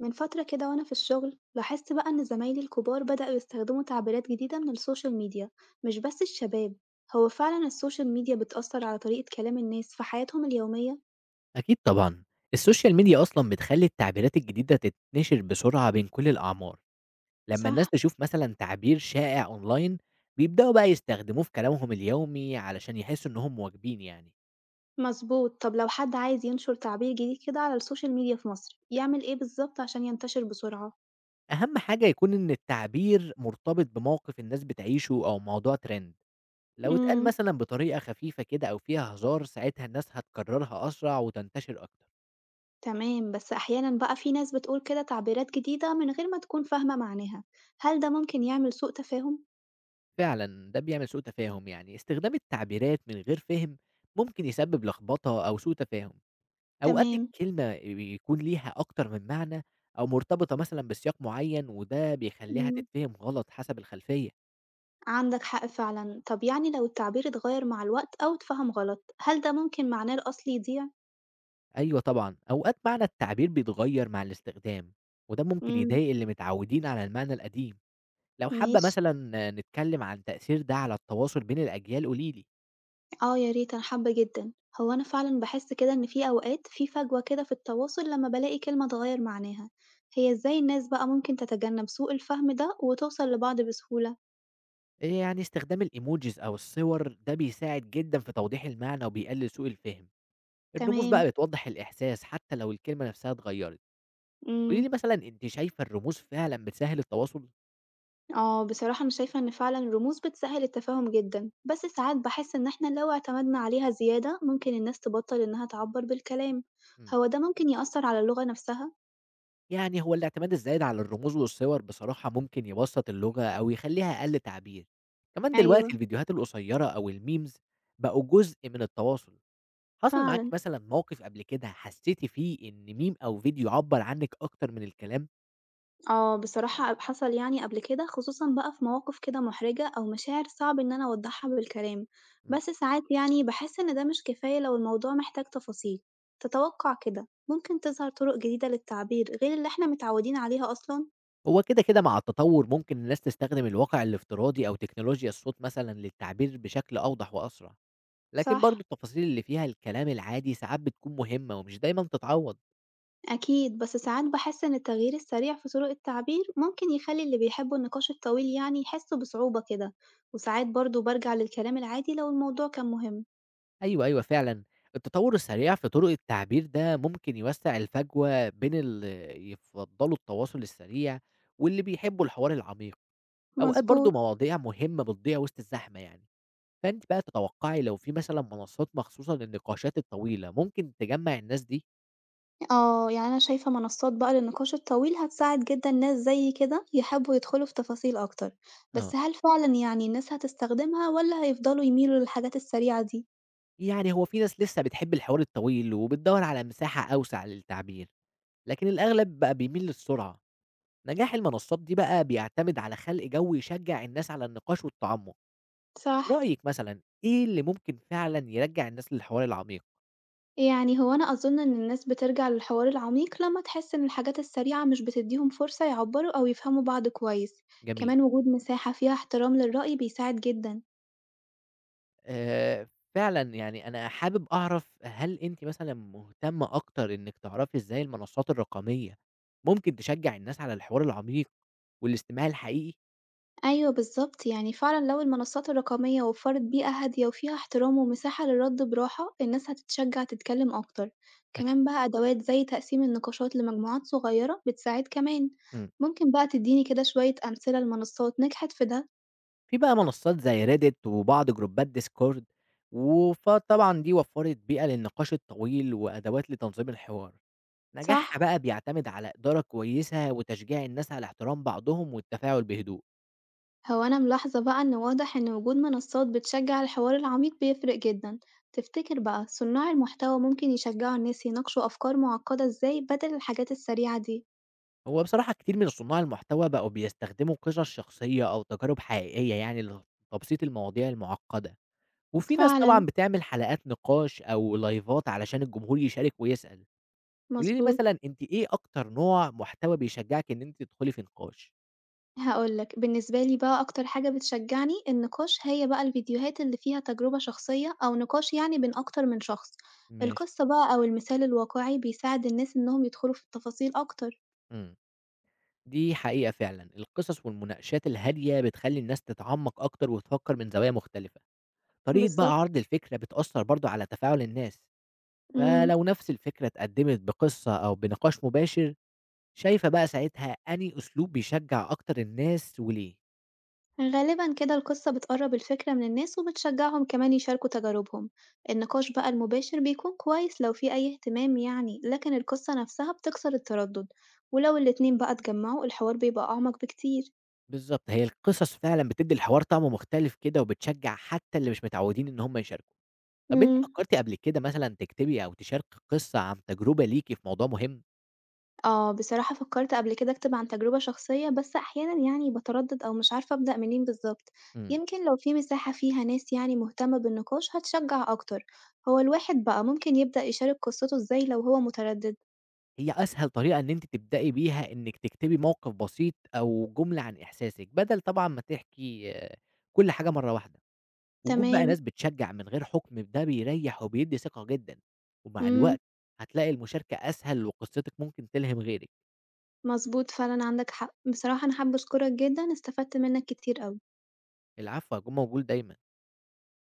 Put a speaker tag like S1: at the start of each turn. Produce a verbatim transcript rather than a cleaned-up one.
S1: من فترة كده وأنا في الشغل لاحظت بقى إن زمايلي الكبار بدأوا يستخدموا تعبيرات جديدة من السوشيال ميديا مش بس الشباب. هو فعلا السوشيال ميديا بتأثر على طريقة كلام الناس في حياتهم اليومية؟
S2: أكيد طبعًا، السوشيال ميديا أصلًا بتخلّي التعبيرات الجديدة تتنشر بسرعة بين كل الأعمار، لمّا الناس
S1: صح.
S2: تشوف مثلًا تعبير شائع أونلاين بيبدأوا بقى يستخدموه في كلامهم اليومي علشان يحسّوا إنهم مواكبين يعني.
S1: مظبوط. طب لو حد عايز ينشر تعبير جديد كده على السوشيال ميديا في مصر يعمل إيه بالظبط عشان ينتشر بسرعة؟
S2: أهم حاجة يكون إن التعبير مرتبط بموقف الناس بتعيشه أو موضوع trend. لو اتقال
S1: امم.
S2: مثلًا بطريقة خفيفة كده أو فيها هزار ساعتها الناس هتكررها أسرع وتنتشر أكتر.
S1: تمام بس أحيانا بقى في ناس بتقول كده تعبيرات جديدة من غير ما تكون فاهمة معناها. هل ده ممكن يعمل سوء تفاهم؟
S2: فعلًا ده بيعمل سوء تفاهم يعني، استخدام التعبيرات من غير فهم ممكن يسبب لخبطة أو سوء تفاهم. أوقات
S1: تمام.
S2: الكلمة بيكون ليها أكتر من معنى أو مرتبطة مثلًا بسياق معيّن وده بيخلّيها
S1: مم.
S2: تتفهم غلط حسب الخلفية.
S1: عندك حق فعلا. طب يعني لو التعبير اتغير مع الوقت أو اتفهم غلط هل ده ممكن معناه الأصلي يضيع؟
S2: أيوه طبعًا، أوقات معنى التعبير بيتغيّر مع الاستخدام وده ممكن
S1: امم.
S2: يضايق اللي متعودين على المعنى القديم. لو حابة
S1: ماشي.
S2: مثلًا نتكلم عن تأثير ده على التواصل بين الأجيال قولي لي.
S1: اه يا ريت أنا حابة جدا. هو أنا فعلا بحس كده إن في أوقات في فجوة كده في التواصل لما بلاقي كلمة اتغير معناها. هي ازاي الناس بقى ممكن تتجنب سوء الفهم ده وتوصل لبعض بسهولة؟
S2: آآ يعني استخدام الemojis أو الصور ده بيساعد جدًا في توضيح المعنى وبيقلل سوء الفهم. الرموز
S1: تمام.
S2: بقى بتوضّح الإحساس حتى لو الكلمة نفسها اتغيّرت. قولي
S1: امم.
S2: لي مثلًا أنتِ شايفة الرموز فعلًا بتسهّل التواصل؟
S1: اه بصراحة أنا شايفة إن فعلا الرموز بتسهل التفاهم جدا، بس ساعات بحس إن احنا لو اعتمدنا عليها زيادة ممكن الناس تبطل إنها تعبر بالكلام.
S2: إمم.
S1: هو ده ممكن يأثر على اللغة نفسها؟
S2: يعني هو الاعتماد الزايد على الرموز والصور بصراحة ممكن يبسّط اللغة أو يخلّيها أقل تعبير، كمان
S1: أيوة.
S2: دلوقتي الفيديوهات القصيّرة أو الmemes بقوا جزء من التواصل. حصل معاكِ
S1: فعلا.
S2: مثلًا موقف قبل كده حسّيتِ فيه إن meme أو فيديو عبّر عنِّك أكتر من الكلام؟
S1: اه بصراحة أب- حصل يعني قبل كده خصوصا بقى في مواقف كده محرجة أو مشاعر صعب إن أنا أوضحها بالكلام.
S2: إمم.
S1: بس ساعات يعني بحس إن ده مش كفاية لو الموضوع محتاج تفاصيل. تتوقع كده ممكن تظهر طرق جديدة للتعبير غير اللي احنا متعودين عليها أصلا؟
S2: هو كده، كده مع التطوّر ممكن الناس تستخدم الواقع الافتراضي أو تكنولوجيا الصوت مثلًا للتعبير بشكل أوضح وأسرع، لكن برضه
S1: صح.
S2: التفاصيل اللي فيها الكلام العادي ساعات بتكون مهمة ومش دايمًا تتعوّض.
S1: أكيد بس ساعات بحس إن التغيير السريع في طرق التعبير ممكن يخلي اللي بيحبوا النقاش الطويل يعني يحسوا بصعوبة كده، وساعات برضه برجع للكلام العادي لو الموضوع كان مهم.
S2: أيوه، أيوه فعلًا. التطوّر السريع في طُرق التعبير ده ممكن يوسّع الفجوة بين اللي يفضّلوا التواصل السريع واللي بيحبّوا الحوار العميق. أوقات برضه
S1: مظبوط.
S2: مواضيع مهمة بتضيع وسط الزحمة يعني، فأنتِ بقى تتوقّعي لو في مثلًا منصّات مخصوصة للنقاشات الطويلة ممكن تجمّع الناس دي؟
S1: اه يعني أنا شايفة منصات بقى للنقاش الطويل هتساعد جدا ناس زي كده يحبوا يدخلوا في تفاصيل أكتر.
S2: آه.
S1: بس هل فعلا يعني الناس هتستخدمها ولا هيفضلوا يميلوا للحاجات السريعة دي؟
S2: يعني هو في ناس لسّه بتحب الحوار الطويل وبتدوّر على مساحة أوسع للتعبير، لكن الأغلب بقى بيميل للسرعة. نجاح المنصّات دي بقى بيعتمد على خلق جو يشجّع الناس على النقاش والتعمُّق.
S1: صح.
S2: رأيِك مثلًا إيه اللي ممكن فعلًا يرجّع الناس للحوار العميق؟
S1: يعني هو أنا أظن إن الناس بترجع للحوار العميق لما تحس إن الحاجات السريعة مش بتديهم فرصة يعبروا أو يفهموا بعض كويس،
S2: جميل.
S1: كمان وجود مساحة فيها احترام للرأي بيساعد جدا.
S2: آآ فعلًا يعني أنا حابب أعرف هل أنتِ مثلًا مهتمة أكتر إنِّك تعرفي إزاي المنصات الرقمية ممكن تشجّع الناس على الحوار العميق والاستماع الحقيقي؟
S1: أيوه بالظبط، يعني فعلا لو المنصات الرقمية وفرت بيئة هادية وفيها احترام ومساحة للرد براحة الناس هتتشجع تتكلم أكتر،
S2: أك
S1: كمان بقى أدوات زي تقسيم النقاشات لمجموعات صغيرة بتساعد كمان.
S2: إمم.
S1: ممكن بقى تديني كده شوية أمثلة لمنصات نجحت في ده،
S2: في بقى منصات زي Reddit وبعض جروبات Discord وف طبعًا دي وفّرت بيئة للنقاش الطويل وأدوات لتنظيم الحوار. نجاحها
S1: صح؟
S2: بقى بيعتمد على إدارة كويسة وتشجيع الناس على احترام بعضهم والتفاعل بهدوء.
S1: هو أنا ملاحظة بقى إن واضح إن وجود منصات بتشجع الحوار العميق بيفرق جدا. تفتكر بقى صناع المحتوى ممكن يشجعوا الناس يناقشوا أفكار معقدة إزاي بدل الحاجات السريعة دي؟
S2: هو بصراحة كتير من صُناع المحتوى بقوا بيستخدموا قصص شخصية أو تجارب حقيقية يعني لتبسيط المواضيع المُعقّدة، وفي ناس
S1: فعلا.
S2: طبعًا بتعمل حلقات نقاش أو لايڤات علشان الجمهور يشارك ويسأل. قولي لي
S1: مظبوط.
S2: مثلًا أنتِ إيه أكتر نوع محتوى بيشجّعِك إن أنتِ تدخلي في نقاش؟
S1: هقولك بالنسبة لي بقى أكتر حاجة بتشجعني النقاش هي بقى الفيديوهات اللي فيها تجربة شخصية أو نقاش يعني بين أكتر من شخص.
S2: ماشي.
S1: القصة بقى أو المثال الواقعي بيساعد الناس إنهم يدخلوا في التفاصيل أكتر.
S2: إمم، دي حقيقة فعلًا، القصص والمناقشات الهادية بتخلّي الناس تتعمّق أكتر وتفكّر من زوايا مختلفة، طريقة بقى
S1: بالظبط.
S2: عرض الفكرة بتأثّر برضه على تفاعل الناس.
S1: مم.
S2: فلو نفس الفكرة اتقدمت بقصة أو بنقاش مباشر شايفة بقى ساعتها أنهي أسلوب بيشجّع أكتر الناس وليه؟
S1: غالبا كده القصة بتقرب الفكرة من الناس وبتشجعهم كمان يشاركوا تجاربهم. النقاش بقى المباشر بيكون كويس لو في أي اهتمام يعني، لكن القصة نفسها بتكسر التردد. ولو الاتنين بقى اتجمعوا الحوار بيبقى أعمق بكتير.
S2: بالضبط، هي القصص فعلًا بتدّي الحوار طعم مختلف كده وبتشجّع حتى اللي مش متعودين إن هم يشاركوا. طب أنتِ
S1: امم.
S2: فكرتِ قبل كده مثلًا تكتبي أو تشاركي قصة عن تجربة ليكِ في موضوع مهم؟
S1: اه بصراحة فكرت قبل كده أكتب عن تجربة شخصية، بس أحيانا يعني بتردد أو مش عارفة أبدأ منين بالظبط.
S2: إمم.
S1: يمكن لو في مساحة فيها ناس يعني مهتمة بالنقاش هتشجع أكتر. هو الواحد بقى ممكن يبدأ يشارك قصته ازاي لو هو متردد؟
S2: هي أسهل طريقة إن أنتِ تبدئي بيها إنِّك تكتبي موقف بسيط أو جملة عن إحساسِك، بدل طبعًا ما تحكي آه، كل حاجة مرّة واحدة. وجود بقى
S1: تمام.
S2: ناس بتشجّع من غير حُكم ده بيريّح وبيدّي ثقة جدًا، ومع
S1: امم.
S2: الوقت هتلاقي المشاركة أسهل وقصتِك ممكن تلهم غيرِك.
S1: مضبوط فعلًا عندك حق. بصراحة أنا حابة أشكرك جدًا، استفدت منّك كتير أوي.
S2: العفو، هاكون موجود دايمًا.